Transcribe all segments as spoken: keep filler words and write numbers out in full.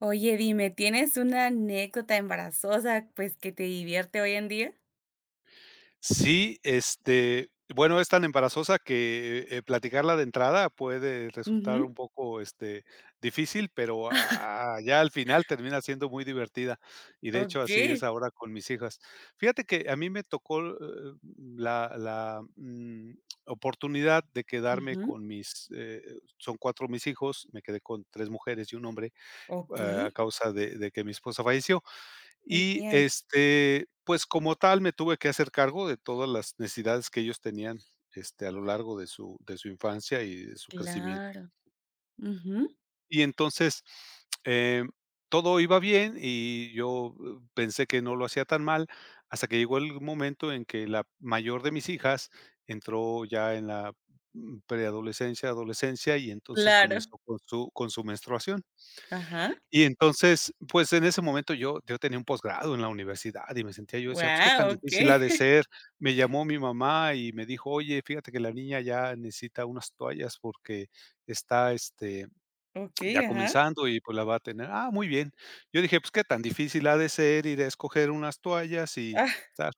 Oye, dime, ¿tienes una anécdota embarazosa, pues, que te divierte hoy en día? Sí, este, bueno, es tan embarazosa que, eh, platicarla de entrada puede resultar Ujú. un poco, este, difícil, pero a a ya al final termina siendo muy divertida, y de hecho, así es Okey. ahora con mis hijas. Fíjate que a mí me tocó, eh, la la, mm, oportunidad de quedarme Ujú. con mis, eh, son cuatro mis hijos, me quedé con tres mujeres y un hombre, eh, Okey. a causa de de que mi esposa falleció. Y, Entiendo. este, pues, como tal, me tuve que hacer cargo de todas las necesidades que ellos tenían, este, a lo largo de su de su infancia y de su crecimiento. Claro. Ujú. Y entonces, em, todo iba bien y yo, eh, pensé que no lo hacía tan mal, hasta que llegó el momento en que la mayor de mis hijas entró ya en la, mm, preadolescencia, adolescencia, y entonces Claro. comenzó con su con su menstruación. Ajá. Y entonces, pues, en ese momento yo yo tenía un posgrado en la universidad y me sentía yo decía: "Pues, qué tan Wow. difícil ha Okey. de ser". Me llamó mi mamá y me dijo: "Oye, fíjate que la niña ya necesita unas toallas porque está, este, ya Okey, ajá. comenzando y, pues, la va a tener". Ah, muy bien. Yo dije: "Pues, qué tan difícil ha de ser ir a escoger unas toallas y Ah, tal".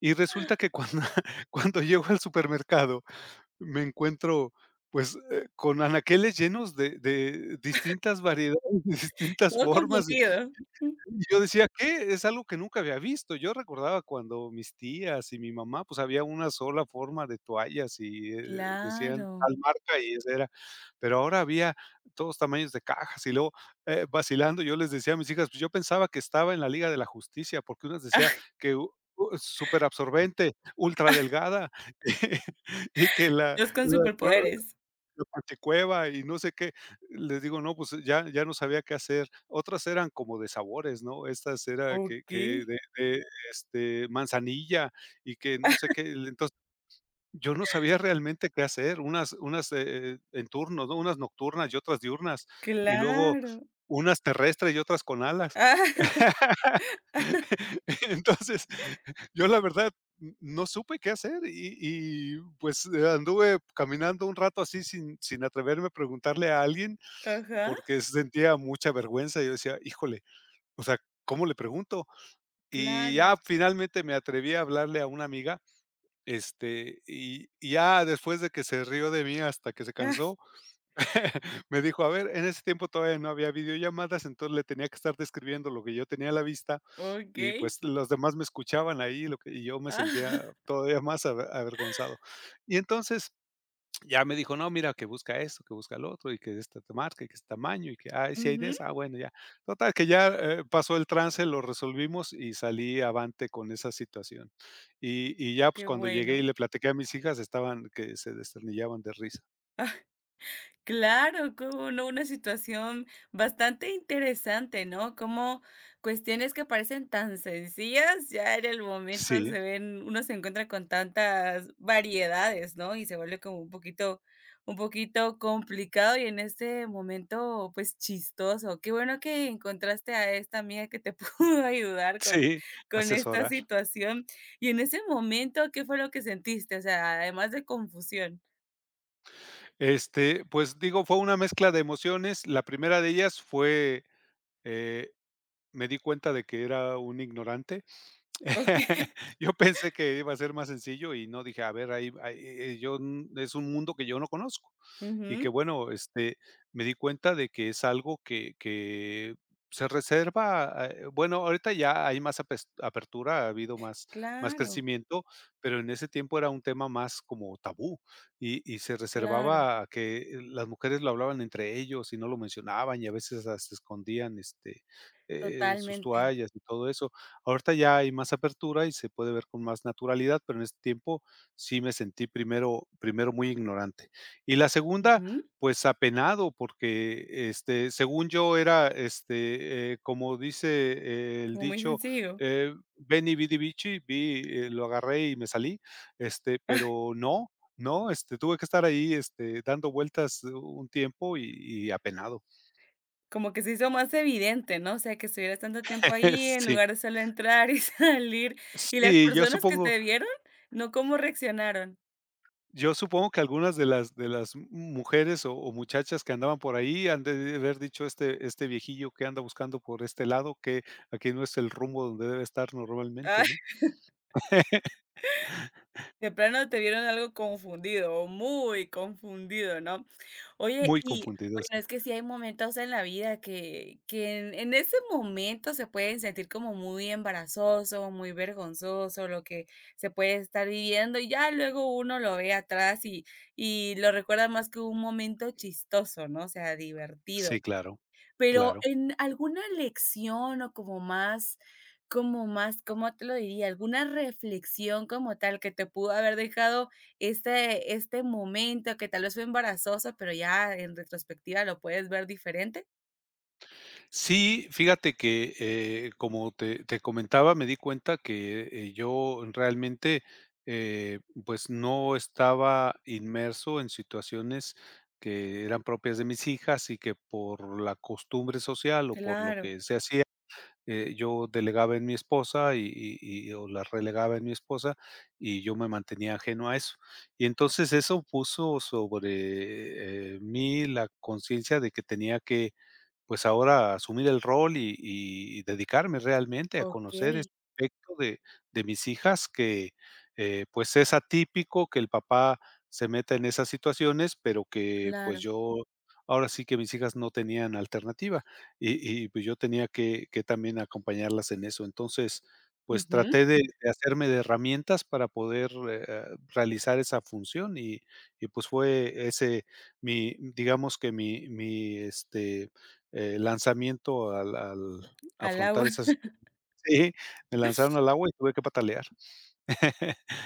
Y resulta que cuando cuando llego al supermercado, me encuentro, pues, eh, con anaqueles llenos de de distintas variedades, de distintas todo formas. confundido. Yo decía: "¿Qué?". Es algo que nunca había visto. Yo recordaba cuando mis tías y mi mamá, pues, había una sola forma de toallas y, eh, decían Claro. tal marca y esa era. Pero ahora había todos tamaños de cajas y luego, eh, vacilando, yo les decía a mis hijas, pues, yo pensaba que estaba en la Liga de la Justicia, porque unas decía Ah, que u u superabsorbente, ultradelgada, y que la Dios con la pro superpoderes. la cueva y no sé qué. Les digo, no, pues ya ya no sabía qué hacer. Otras eran como de sabores, ¿no? Estas era que que Okey. de de, este, manzanilla y que no sé qué. Entonces yo no sabía realmente qué hacer, unas unas, eh, en turnos, ¿no? Unas nocturnas y otras diurnas, y luego Claro. unas terrestres y otras con alas. Ah. Entonces, yo la verdad, n no supe qué hacer y y, pues, eh, anduve caminando un rato así sin sin atreverme a preguntarle a alguien, Ajá. porque sentía mucha vergüenza. Yo decía: "Híjole, o sea, ¿cómo le pregunto?". Y ya Claro. finalmente me atreví a hablarle a una amiga, este, y y ya después de que se rió de mí hasta que se Ay, cansó, me dijo: "A ver", en ese tiempo todavía no había videollamadas, entonces le tenía que estar describiendo lo que yo tenía a la vista y, okey. pues, los demás me escuchaban ahí, lo que y yo me Ah. sentía todavía más aver avergonzado. Y entonces ya me dijo: "No, mira, que busca esto, que busca lo otro, y que de esta ta marca, y que este tamaño, y que, ay, si hay de Ujú. esa, ah, bueno, ya". Total, que ya, eh, pasó el trance, lo resolvimos y salí avante con esa situación. Y y ya, pues, Qué cuando llegué y bueno. le platiqué a mis hijas, estaban que se desternillaban de risa. Claro, como no, una situación bastante interesante, ¿no? Como cuestiones que parecen tan sencillas, ya en el momento Sí, se ven, uno se encuentra con tantas variedades, ¿no? Y se vuelve como un poquito, un poquito complicado y en este momento, pues chistoso. Qué bueno que encontraste a esta amiga que te pudo ayudar con, sí, con esta asesorar. situación. Y en ese momento, ¿qué fue lo que sentiste? O sea, además de confusión. Este, pues, digo, fue una mezcla de emociones. La primera de ellas fue, eh, me di cuenta de que era un ignorante. Ok. Yo pensé que iba a ser más sencillo y no, dije, a ver, ahí ahí, eh, yo, mm, es un mundo que yo no conozco y que Ujú, bueno, este, me di cuenta de que es algo que que se reserva, eh, bueno, ahorita ya hay más apes apertura, ha habido más más claro, crecimiento, pero en ese tiempo era un tema más como tabú y y se claro, reservaba a que las mujeres lo hablaban entre ellos y no lo mencionaban y a veces hasta escondían, este, eh, sus totalmente. toallas y todo eso. Ahorita ya hay más apertura y se puede ver con más naturalidad, pero en ese tiempo sí me sentí primero primero muy ignorante. Y la segunda, Ujú, pues, apenado, porque, este, según yo era, este, eh, como dice, eh, el como muy dicho, sencillo. eh, veni, vidi, vici, vi, eh, lo agarré y me salí, este, pero no, no, este, tuve que estar ahí, este, dando vueltas un tiempo y y apenado. Como que se hizo más evidente, ¿no? O sea, que estuvieras tanto tiempo ahí en Sí. lugar de solo entrar y salir. Y las Sí, yo personas que supongo te vieron, ¿no? ¿Cómo reaccionaron? Yo supongo que algunas de las de las mujeres o o muchachas que andaban por ahí han de haber dicho: "Este este viejillo que anda buscando por este lado, que aquí no es el rumbo donde debe estar normalmente", ¿no? De plano te vieron algo confundido o muy confundido, ¿no? Oye, Muy y confundido, bueno, sí. es que sí hay momentos en la vida que, que en, en ese momento se pueden sentir como muy embarazoso, muy vergonzoso, lo que se puede estar viviendo, y ya luego uno lo ve atrás y, y lo recuerda más que un momento chistoso, ¿no? O sea, divertido. Sí, claro, Pero claro. en alguna lección o como más como más, ¿cómo te lo diría? Alguna reflexión como tal que te pudo haber dejado este este momento que tal vez fue embarazoso, pero ya en retrospectiva lo puedes ver diferente. Sí, fíjate que, eh, como te te comentaba, me di cuenta que, eh, yo realmente, eh, pues, no estaba inmerso en situaciones que eran propias de mis hijas y que por la costumbre social o por lo Claro, que se hacía, eh, yo delegaba en mi esposa y y y o la relegaba en mi esposa, y yo me mantenía ajeno a eso. Y entonces eso puso sobre, eh, mí la conciencia de que tenía que pues ahora asumir el rol y y dedicarme realmente a conocer okey, este aspecto de de mis hijas que, eh, pues, es atípico que el papá se meta en esas situaciones, pero que, pues, claro. yo ahora sí que mis hijas no tenían alternativa y y, pues, yo tenía que que también acompañarlas en eso. Entonces, pues, Ujú, traté de de hacerme de herramientas para poder, eh, realizar esa función y y, pues, fue ese mi, digamos, que mi mi, este eh, lanzamiento al al al afrontar agua. esas sí, me lanzaron al agua y tuve que patalear.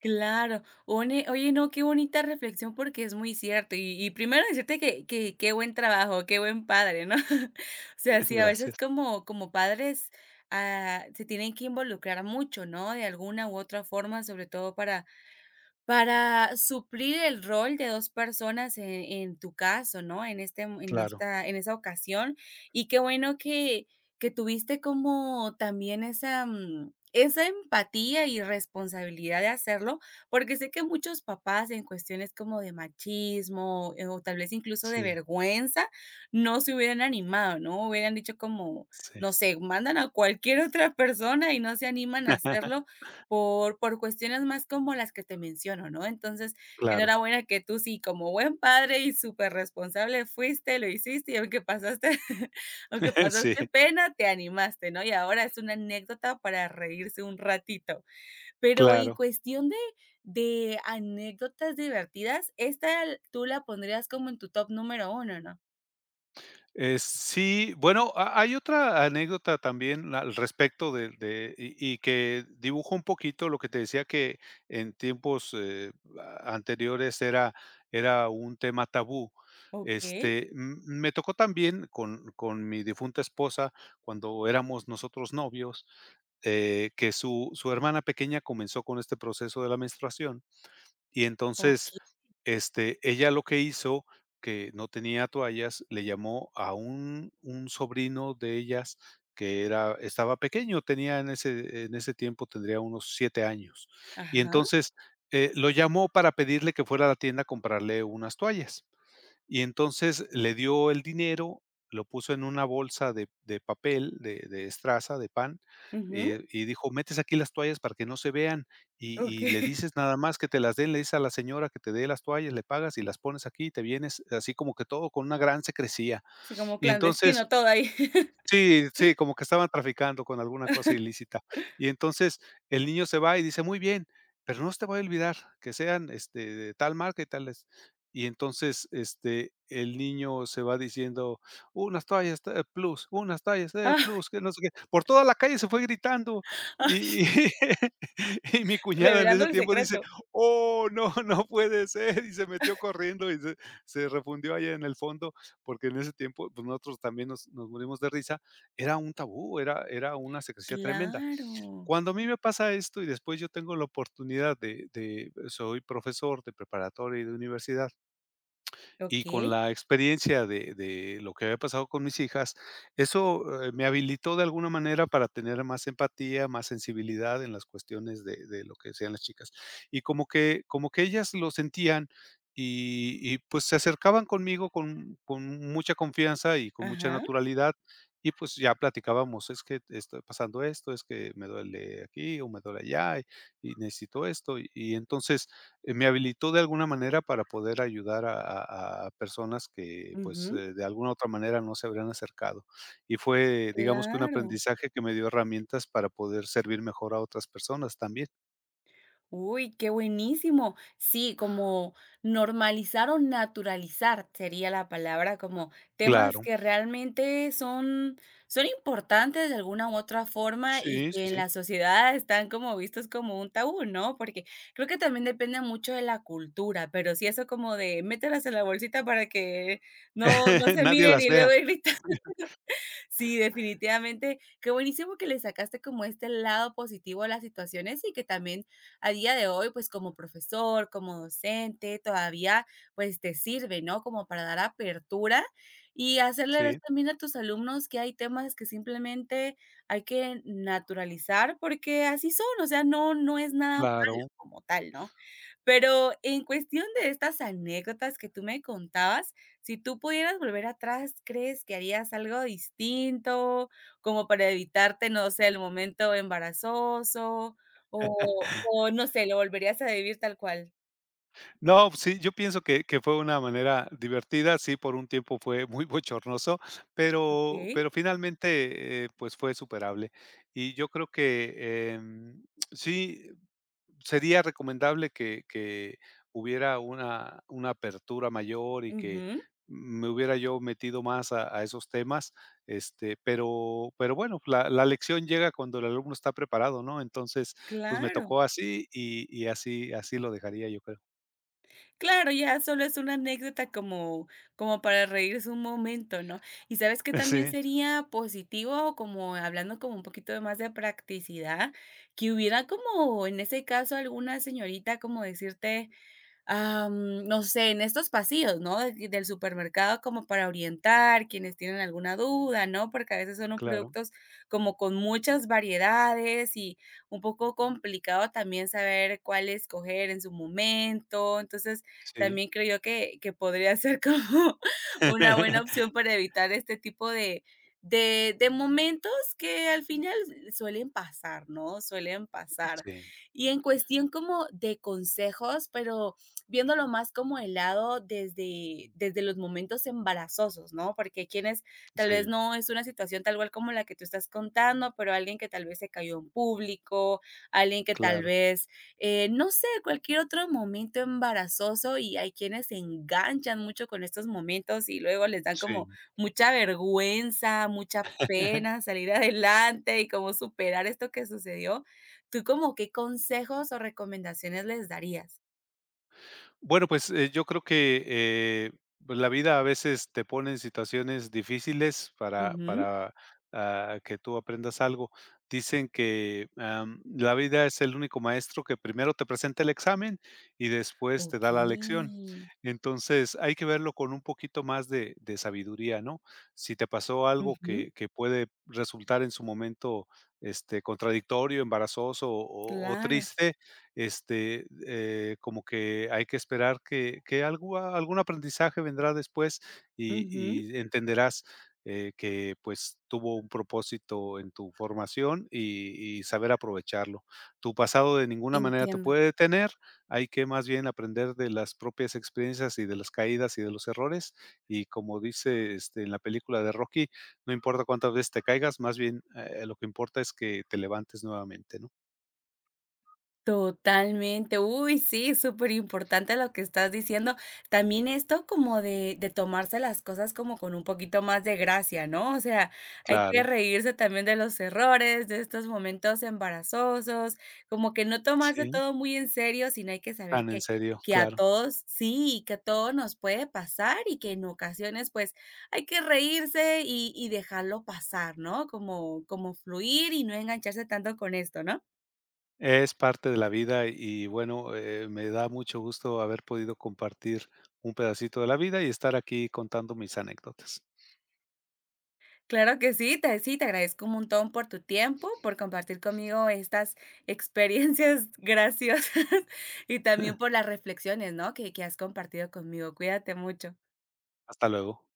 Claro. One oye, no, qué bonita reflexión porque es muy cierto. Y y primero decirte que que qué buen trabajo, qué buen padre, ¿no? O sea, sí, a Gracias. veces como como padres, ah, se tienen que involucrar mucho, ¿no? De alguna u otra forma, sobre todo para para suplir el rol de dos personas e en tu caso, ¿no? En este mo en Claro, esta en esa ocasión, y qué bueno que que tuviste como también esa, mm, esa empatía y responsabilidad de hacerlo, porque sé que muchos papás en cuestiones como de machismo, eh, o tal vez incluso de sí, vergüenza, no se hubieran animado, ¿no? Hubieran dicho como, sí. no sé, mandan a cualquier otra persona y no se animan a hacerlo por por cuestiones más como las que te menciono, ¿no? Entonces, Claro, enhorabuena que tú sí, como buen padre y súper responsable fuiste, lo hiciste, y aunque pasaste aunque sí, pasaste pena, te animaste, ¿no? Y ahora es una anécdota para reírse un ratito. Pero en claro. cuestión de de anécdotas divertidas, ¿esta tú la pondrías como en tu top número uno no? Eh, sí, bueno, ha hay otra anécdota también al respecto de de y y que dibuja un poquito lo que te decía que en tiempos, eh, a anteriores era era un tema tabú. Okey, Este, m me tocó también con con mi difunta esposa, cuando éramos nosotros novios, eh, que su su hermana pequeña comenzó con este proceso de la menstruación. Y entonces, okey. este, ella lo que hizo, que no tenía toallas, le llamó a un un sobrino de ellas que era estaba pequeño, tenía en ese en ese tiempo tendría unos siete años. Y Ajá, entonces, eh, lo llamó para pedirle que fuera a la tienda a comprarle unas toallas. Y entonces le dio el dinero, lo puso en una bolsa de de papel, de de estraza, de pan, ujú, eh, y dijo: "Metes aquí las toallas para que no se vean, y y le okey. dices nada más que te las den, le dices a la señora que te dé las toallas, le pagas y las pones aquí y te vienes", así como que todo con una gran secrecía. Sí, como Y entonces. clandestino todo ahí. Sí, sí, como que estaban traficando con alguna cosa ilícita. Y entonces el niño se va y dice: "Muy bien, pero no se te voy a olvidar que sean, este, de tal marca y tales". Y entonces, este, el niño se va diciendo: "Unas toallas de plus, unas toallas de Ah, plus", que no sé qué. Por toda la calle se fue gritando y y y mi cuñada en ese Revelando el tiempo dice: secreto. "Oh, no, no puede ser", y se metió corriendo y se se refundió allá en el fondo, porque en ese tiempo, pues, nosotros también nos nos morimos de risa. Era un tabú, era era una secrecía tremenda. Claro. Cuando a mí me pasa esto y después yo tengo la oportunidad de de soy profesor de preparatoria y de universidad, y con Okey. la experiencia de de lo que había pasado con mis hijas, eso, eh, me habilitó de alguna manera para tener más empatía, más sensibilidad en las cuestiones de de lo que decían las chicas. Y como que como que ellas lo sentían y y, pues, se acercaban conmigo con con mucha confianza y con mucha Ajá. naturalidad, y, pues, ya platicábamos: "Es que estoy pasando esto, es que me duele aquí o me duele allá y y necesito esto". Y y entonces, eh, me habilitó de alguna manera para poder ayudar a a a personas que, pues, Ujú. eh, de alguna u otra manera no se habrían acercado. Y fue, digamos, que un Claro. aprendizaje que me dio herramientas para poder servir mejor a otras personas también. Uy, qué buenísimo. Sí, como normalizar o naturalizar sería la palabra, como temas Claro. que realmente son son importantes de alguna u otra forma y Sí, sí, que en sí. la sociedad están como vistos como un tabú, ¿no? Porque creo que también depende mucho de la cultura, pero sí eso como de mételas en la bolsita para que no no se Nadie miren las y vea. luego ir Sí, definitivamente. Qué buenísimo que le sacaste como este lado positivo a las situaciones y que también a día de hoy, pues como profesor, como docente, todavía pues te sirve, ¿no? Como para dar apertura y hacerle ver Sí, también a tus alumnos que hay temas que simplemente hay que naturalizar porque así son, o sea, no, no es nada malo claro. como tal, ¿no? Pero en cuestión de estas anécdotas que tú me contabas, si tú pudieras volver atrás, ¿crees que harías algo distinto? Como para evitarte, no sé, el momento embarazoso o o no sé, lo volverías a vivir tal cual. No, sí, yo pienso que que fue una manera divertida. Sí, por un tiempo fue muy bochornoso, ¿Ok? pero pero finalmente, eh, pues, fue superable. Y yo creo que, em, sí sería recomendable que que hubiera una una apertura mayor y que Ujú. me hubiera yo metido más a a esos temas, este, pero pero bueno, la la lección llega cuando el alumno está preparado, ¿no? Entonces, pues, me Claro. tocó así y y así así lo dejaría, yo creo. Claro, ya solo es una anécdota como como para reírse un momento, ¿no? ¿Y sabes que también Sí, sería positivo? Como hablando como un poquito de más de practicidad, que hubiera como, en ese caso, alguna señorita como decirte am, no sé, en estos pasillos, ¿no? De- del supermercado como para orientar quienes tienen alguna duda, ¿no? Porque a veces son un claro, productos como con muchas variedades y un poco complicado también saber cuál escoger en su momento. Entonces, sí. también creo yo que, que podría ser como una buena opción para evitar este tipo de, de, de momentos que al final suelen pasar, ¿no? Suelen pasar. Sí, Y en cuestión como de consejos, pero viéndolo más como el lado desde, desde los momentos embarazosos, ¿no? Porque quienes tal vez sí, no es una situación tal cual como la que tú estás contando, pero alguien que tal vez se cayó en público, alguien que tal claro, vez, eh, no sé, cualquier otro momento embarazoso y hay quienes se enganchan mucho con estos momentos y luego les dan como sí. mucha vergüenza, mucha pena salir adelante y cómo superar esto que sucedió. ¿Tú como qué consejos o recomendaciones les darías? Bueno, pues, eh, yo creo que, eh, pues, la vida a veces te pone en situaciones difíciles para, Ujú. para, ah, que tú aprendas algo. Dicen que, am, la vida es el único maestro que primero te presenta el examen y después te da la lección. Okey. Entonces, hay que verlo con un poquito más de de sabiduría, ¿no? Si te pasó algo Ujú, que que puede resultar en su momento, este, contradictorio, embarazoso o o claro. triste, este, eh, como que hay que esperar que que algo algún aprendizaje vendrá después y Ujú, y entenderás, eh, que, pues, tuvo un propósito en tu formación y y saber aprovecharlo. Tu pasado de ninguna manera te entiendo. puede detener, hay que más bien aprender de las propias experiencias y de las caídas y de los errores, y como dice, este, en la película de Rocky, no importa cuántas veces te caigas, más bien, eh, lo que importa es que te levantes nuevamente, ¿no? Totalmente. Uy, sí, súper importante lo que estás diciendo. También esto como de de tomarse las cosas como con un poquito más de gracia, ¿no? O sea, hay que Claro, reírse también de los errores, de estos momentos embarazosos, como que no tomarse sí. todo muy en serio, sino hay que saber Tan en que serio, que a claro. todos sí, que a todos nos puede pasar y que en ocasiones, pues, hay que reírse y y dejarlo pasar, ¿no? Como como fluir y no engancharse tanto con esto, ¿no? Es parte de la vida y bueno, eh, me da mucho gusto haber podido compartir un pedacito de la vida y estar aquí contando mis anécdotas. Claro que sí, te sí, te agradezco un montón por tu tiempo, por compartir conmigo estas experiencias graciosas y también por las reflexiones, ¿no?, que que has compartido conmigo. Cuídate mucho. Hasta luego.